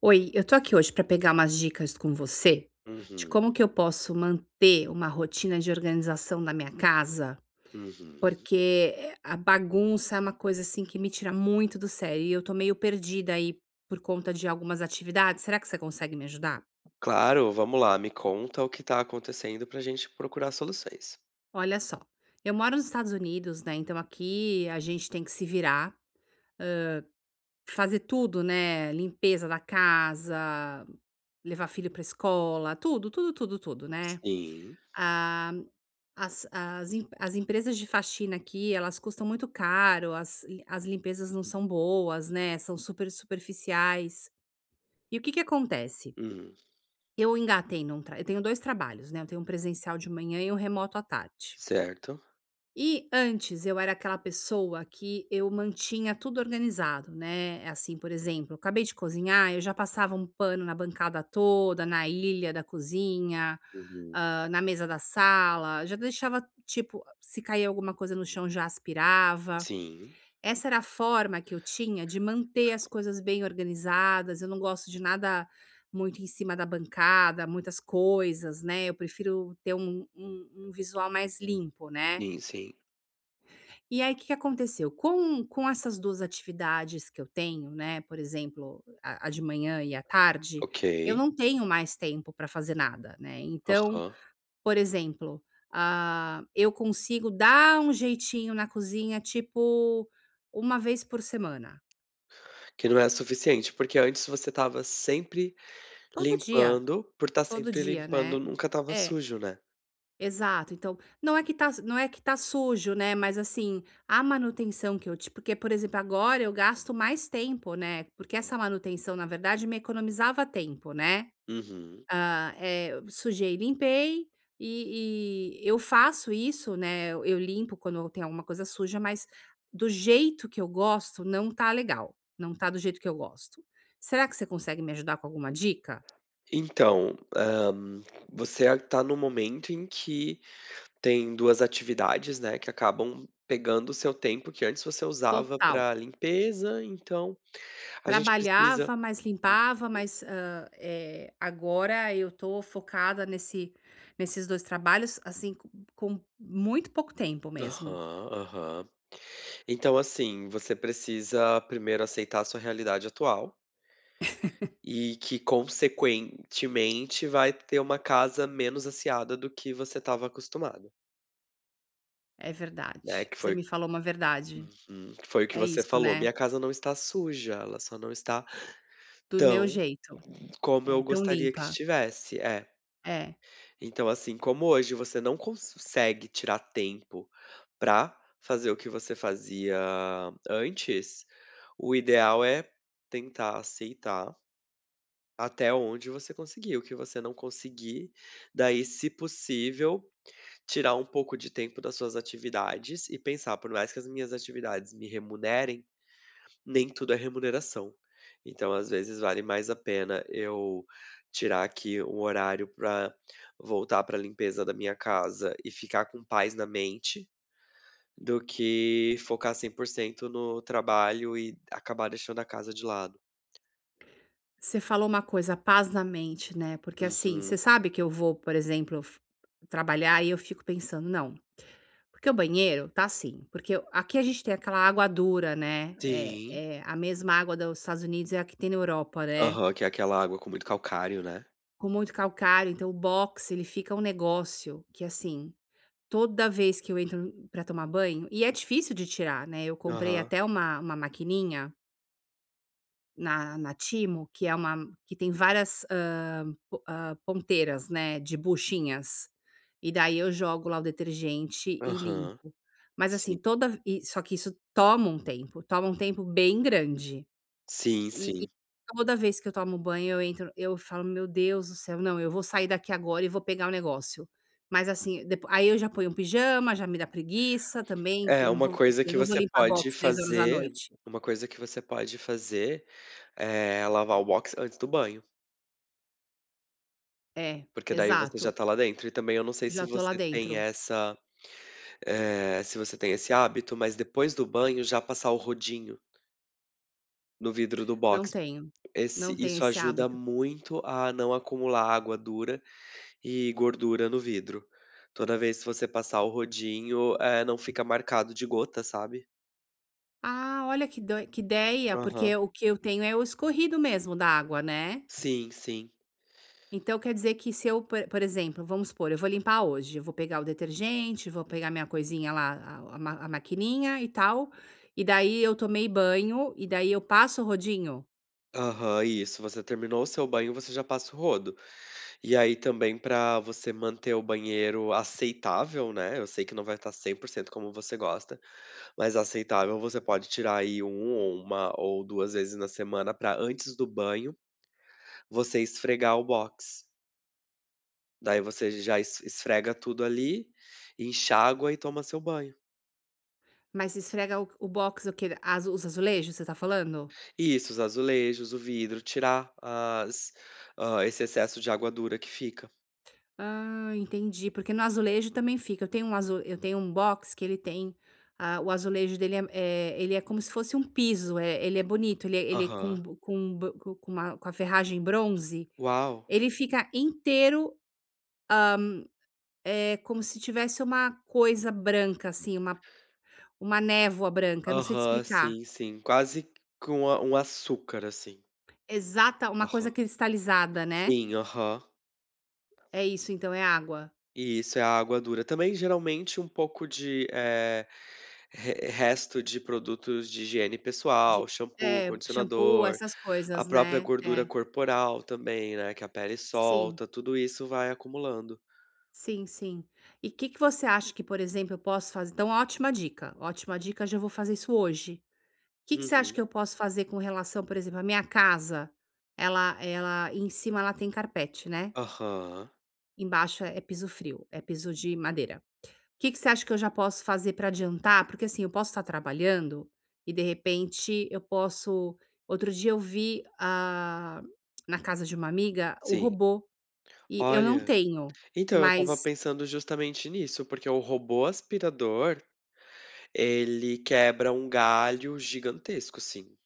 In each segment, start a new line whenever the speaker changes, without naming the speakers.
Oi, eu tô aqui hoje para pegar umas dicas com você de como
Uhum,
que eu posso manter uma rotina de organização da minha casa,
uhum.
porque a bagunça é uma coisa assim que me tira muito do sério e eu tô meio perdida aí por conta de algumas atividades. Será que você consegue me ajudar?
Claro, vamos lá, me conta o que tá acontecendo pra gente procurar soluções.
Olha só, eu moro nos Estados Unidos, né? Então aqui a gente tem que se virar, fazer tudo, né? Limpeza da casa, levar filho para escola, tudo, tudo, tudo, tudo, né?
Sim,
Ah, as empresas de faxina aqui, elas custam muito caro, as limpezas não são boas, né, são super superficiais. E o que que acontece?
hum,
Eu tenho 2 trabalhos, né, eu tenho um presencial de manhã e um remoto à tarde.
certo.
E antes eu era aquela pessoa que eu mantinha tudo organizado, né, assim, por exemplo, acabei de cozinhar, eu já passava um pano na bancada toda, na ilha da cozinha,
Uhum.
na mesa da sala, já deixava, tipo, se caía alguma coisa no chão, já aspirava.
Sim,
Essa era a forma que eu tinha de manter as coisas bem organizadas, eu não gosto de nada muito em cima da bancada, muitas coisas, né, eu prefiro ter um visual mais limpo, né.
sim, sim.
E aí, o que que aconteceu? Com essas 2 atividades que eu tenho, né, por exemplo, a de manhã e a tarde,
Ok,
eu não tenho mais tempo para fazer nada, né. Então,
aham.
por exemplo, eu consigo dar um jeitinho na cozinha, tipo, uma vez por semana.
Que não é suficiente, porque antes você tava sempre
Todo dia,
limpando, por estar
todo
sempre
dia, né.
limpando nunca tava
É.
sujo, né.
Exato, então, não é que tá sujo, né, mas assim, a manutenção que eu ti porque, por exemplo, agora eu gasto mais tempo, né, porque essa manutenção, na verdade, me economizava tempo, né.
Uhum.
Eu sujei, limpei e eu faço isso, né, eu limpo quando tem alguma coisa suja, mas do jeito que eu gosto não tá legal, não tá do jeito que eu gosto. Será que você consegue me ajudar com alguma dica?
Então, hã, você a tá num momento em que tem 2 atividades, né, que acabam pegando o seu tempo que antes você usava
Total.
para limpeza, então a gente precisa.
Trabalhava, mas limpava, mas, agora eu tô focada nesse nesses 2 trabalhos, assim, co com muito pouco tempo mesmo.
Aham, aham. Então, assim, você precisa primeiro aceitar a sua realidade atual e que, consequentemente, vai ter uma casa menos asseada do que você estava acostumado,
É
né,
verdade.
que
Você
foi.
me falou uma verdade.
Uhum, que foi o que
É
você
isso,
falou:
né.
"Minha casa não está suja, ela só não está
Do meu
tão
jeito.
como eu
É, tão
gostaria que
limpa.
estivesse". É.
É.
Então, assim, como hoje você não consegue tirar tempo pra fazer o que você fazia antes, o ideal é tentar aceitar até onde você conseguir. O que você não conseguir, daí, se possível, tirar um pouco de tempo das suas atividades e pensar, por mais que as minhas atividades me remunerem, nem tudo é remuneração. Então, às vezes, vale mais a pena eu tirar aqui um horário para voltar para a limpeza da minha casa e ficar com paz na mente, do que focar 100% no trabalho e acabar deixando a casa de lado.
Você falou uma coisa, paz na mente, né, porque, assim, você
Uhum.
sabe que eu vou, por exemplo, f trabalhar e eu fico pensando: "Não, porque o banheiro tá assim, porque o aqui a gente tem aquela água dura, né,
Sim.
é a mesma água dos Estados Unidos é a que tem na Europa, né,
Aham, que é aquela água com muito calcário, né.
com muito calcário, então o box ele fica um negócio que, assim, toda vez que eu entro pra tomar banho e é difícil de tirar, né, eu comprei
Aham,
até uma maquininha na timo que é uma que tem várias, ponteiras, né, de buchinhas. E daí eu jogo lá o detergente e
aham.
limpo. Mas assim,
Sim.
toda e só que isso toma um tempo bem grande.
Sim,
E
sim.
toda vez que eu tomo banho, eu falo: "Meu Deus do céu, não, eu vou sair daqui agora e vou pegar o negócio". Mas assim, depo aí eu já ponho um pijama, já me dá preguiça também,
É, uma
eu
coisa
falei:
que
"Não vou
você
limpar
pode
box 22
fazer,
noite".
uma coisa que você pode fazer, é lavar o box antes do banho,
É,
porque daí você já
exato.
tá lá dentro. E também eu não sei se
Já tô lá
você tem
dentro.
essa, se você tem esse hábito, mas depois do banho já passar o rodinho no vidro do
Não
box.
tenho, não
Esse
tenho
Isso
esse
ajuda
hábito.
muito a não acumular água dura e gordura no vidro. Toda vez que você passar o rodinho, não fica marcado de gota, sabe.
Ah, olha que doi que ideia,
Aham.
porque o que eu tenho é o escorrido mesmo da água, né.
Sim, sim.
Então quer dizer que se eu, por exemplo, vamos supor, eu vou limpar hoje, eu vou pegar o detergente, vou pegar minha coisinha lá, a maquininha e tal, e daí eu tomei banho, e daí eu passo o rodinho,
Aham, isso. Você terminou o seu banho, você já passa o rodo. E aí também pra você manter o banheiro aceitável, né, eu sei que não vai estar 100% como você gosta, mas aceitável, você pode tirar aí um ou uma ou 2 vezes na semana pra antes do banho, você esfregar o box. Daí você já es esfrega tudo ali, enxágua e toma seu banho.
mas esfrega o box o que? Azu Os azulejos, você está falando?
Isso, os azulejos, o vidro, tirar as esse excesso de água dura que fica.
Ah, entendi, porque no azulejo também fica. Eu tenho um box que ele tem, o azulejo dele é, ele é como se fosse um piso, ele é bonito, ele é
Aham.
com uma com a ferragem bronze,
Uau!
ele fica inteiro, como se tivesse uma coisa branca, assim, uma névoa branca, não sei te
Aham,
explicar.
sim, sim. Quase com a um açúcar, assim.
Exata, uma coisa
Aham.
cristalizada, né.
Sim, aham.
É isso então, é água.
Isso, é a água dura. Também, geralmente, um pouco de, re resto de produtos de higiene pessoal,
De
shampoo,
É, shampoo,
condicionador,
essas
a
coisas,
própria
né.
gordura
É,
corporal também, né, que a pele
sim.
solta, tudo isso vai acumulando.
Sim, sim. E o que que você acha que, por exemplo, eu posso fazer? Então ótima dica, já vou fazer isso hoje. O que que você acha
Uhum.
que eu posso fazer com relação, por exemplo, à minha casa, ela ela em cima ela tem carpete, né,
Aham.
embaixo é piso frio, é piso de madeira. O que que você acha que eu já posso fazer para adiantar? Porque, assim, eu posso estar trabalhando e, de repente, eu posso outro dia eu vi, ah, na casa de uma amiga, o
Sim.
robô, e eu não
Olha,
tenho,
então eu estava
mas
pensando justamente nisso, porque o robô aspirador ele quebra um galho gigantesco, assim,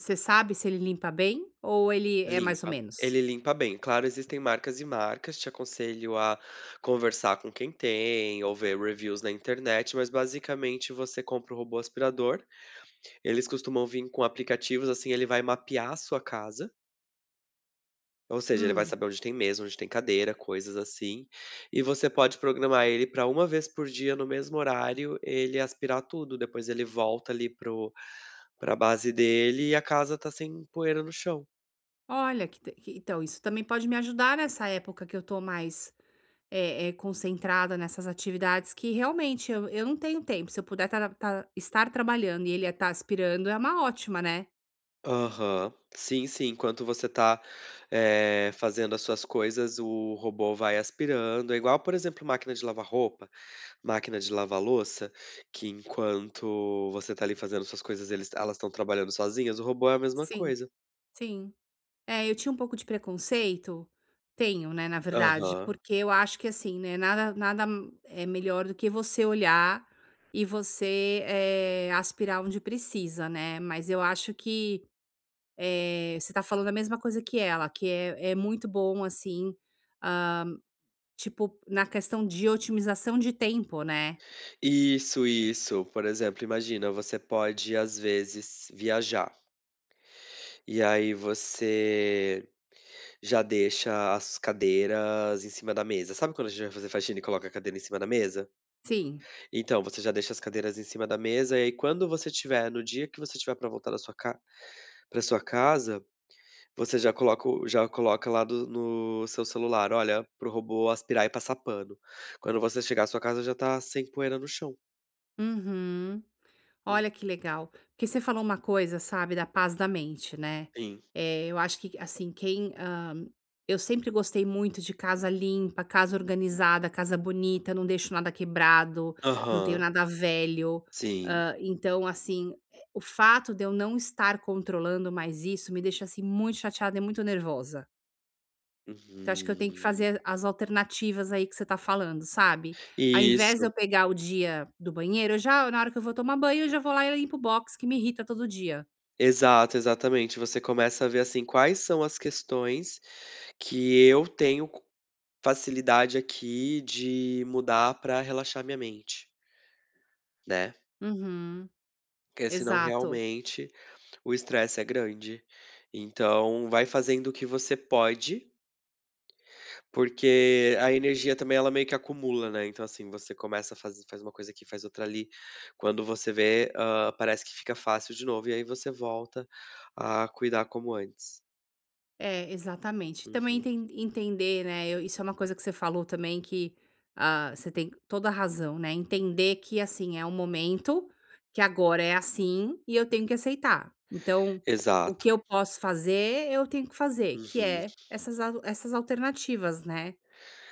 você sabe se ele limpa bem ou ele é mais ou
limpa.
menos?
Ele limpa bem. Claro, existem marcas e marcas, te aconselho a conversar com quem tem ou ver reviews na internet, mas basicamente você compra o robô aspirador, eles costumam vir com aplicativos, assim, ele vai mapear a sua casa, ou seja, ele vai
Hum,
saber onde tem mesa, onde tem cadeira, coisas assim, e você pode programar ele para uma vez por dia, no mesmo horário, ele aspirar tudo, depois ele volta ali para pra base dele e a casa tá sem poeira no chão.
olha que t que então isso também pode me ajudar nessa época que eu tô mais, concentrada nessas atividades que realmente eu não tenho tempo, se eu puder estar trabalhando e ele estar aspirando é uma ótima, né.
Aham. Sim, sim, enquanto você tá, fazendo as suas coisas, o robô vai aspirando. É igual, por exemplo, máquina de lavar roupa, máquina de lavar louça, que enquanto você tá ali fazendo suas coisas, eles elas estão trabalhando sozinhas, o robô é a mesma
Sim,
coisa.
sim. É, eu tinha um pouco de preconceito. Tenho, né, na verdade,
Aham.
porque eu acho que assim, né, nada é melhor do que você olhar e você, aspirar onde precisa, né. Mas eu acho que, você tá falando a mesma coisa que ela, que é muito bom, assim, hã, tipo, na questão de otimização de tempo, né.
Isso, isso. Por exemplo, imagina, você pode, às vezes, viajar, e aí você já deixa as cadeiras em cima da mesa. Sabe quando a gente vai fazer faxina e coloca a cadeira em cima da mesa?
Sim.
Então, você já deixa as cadeiras em cima da mesa, e aí quando você tiver no dia que você tiver pra voltar da sua ca pra sua casa, você já coloca o já coloca lá do no seu celular: "Olha, pro robô aspirar e passar pano". Quando você chegar à sua casa, já tá sem poeira no chão.
Uhum.
Hum,
Olha que legal. Porque você falou uma coisa, sabe, da paz da mente, né.
sim.
Eu acho que, assim, eu sempre gostei muito de casa limpa, casa organizada, casa bonita, não deixo nada quebrado, não tenho
Aham.
nada velho.
Sim.
Então, assim, o fato de eu não estar controlando mais isso me deixa, assim, muito chateada e muito nervosa. Então acho que eu tenho que
Uhum.
fazer as alternativas aí que você tá falando, sabe. Ao invés de
Isso.
eu pegar o dia do banheiro, eu já na hora que eu vou tomar banho, eu já vou lá e limpo o box que me irrita todo dia.
Exato, exatamente. Você começa a ver, assim, quais são as questões que eu tenho facilidade aqui de mudar para relaxar minha mente, né.
Uhum,
Porque senão
exato.
realmente o estresse é grande. Então vai fazendo o que você pode, porque a energia também ela meio que acumula, né. Então, assim, você começa a faz uma coisa aqui, faz outra ali, quando você vê, parece que fica fácil de novo, e aí você volta a cuidar como antes.
É, exatamente. Também
Uhum.
entender, né, eu isso é uma coisa que você falou também que, você tem toda a razão, né, entender que, assim, é um momento, que agora é assim e eu tenho que aceitar. Então, o que
Exato.
eu posso fazer, eu tenho que fazer, que
Uhum.
é essas alternativas, né.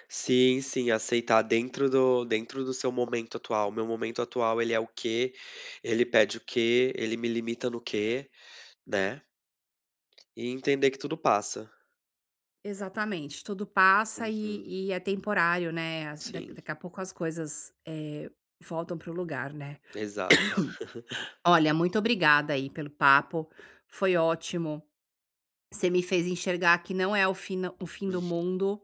Sim, sim, aceitar dentro do, dentro do seu momento atual. Meu momento atual ele é o quê, ele pede o quê, ele me limita no quê, né. E entender que tudo passa.
Exatamente, tudo passa
Uhum.
e é temporário, né, as da
Sim,
daqui a pouco as coisas, voltam para o lugar, né.
exato.
Olha, muito obrigada aí pelo papo, foi ótimo, você me fez enxergar que não é o fim do
Uhum.
mundo,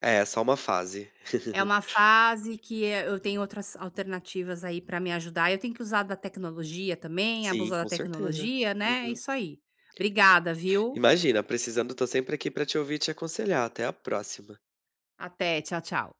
É, só uma fase.
é uma fase que, eu tenho outras alternativas aí para me ajudar, eu tenho que usar da tecnologia também,
Sim,
abusar da
com certeza.
tecnologia, né, é
Uhum.
isso aí. Obrigada, viu.
Imagina, precisando, tô sempre aqui pra te ouvir e te aconselhar. Até a próxima.
Até, tchau, tchau.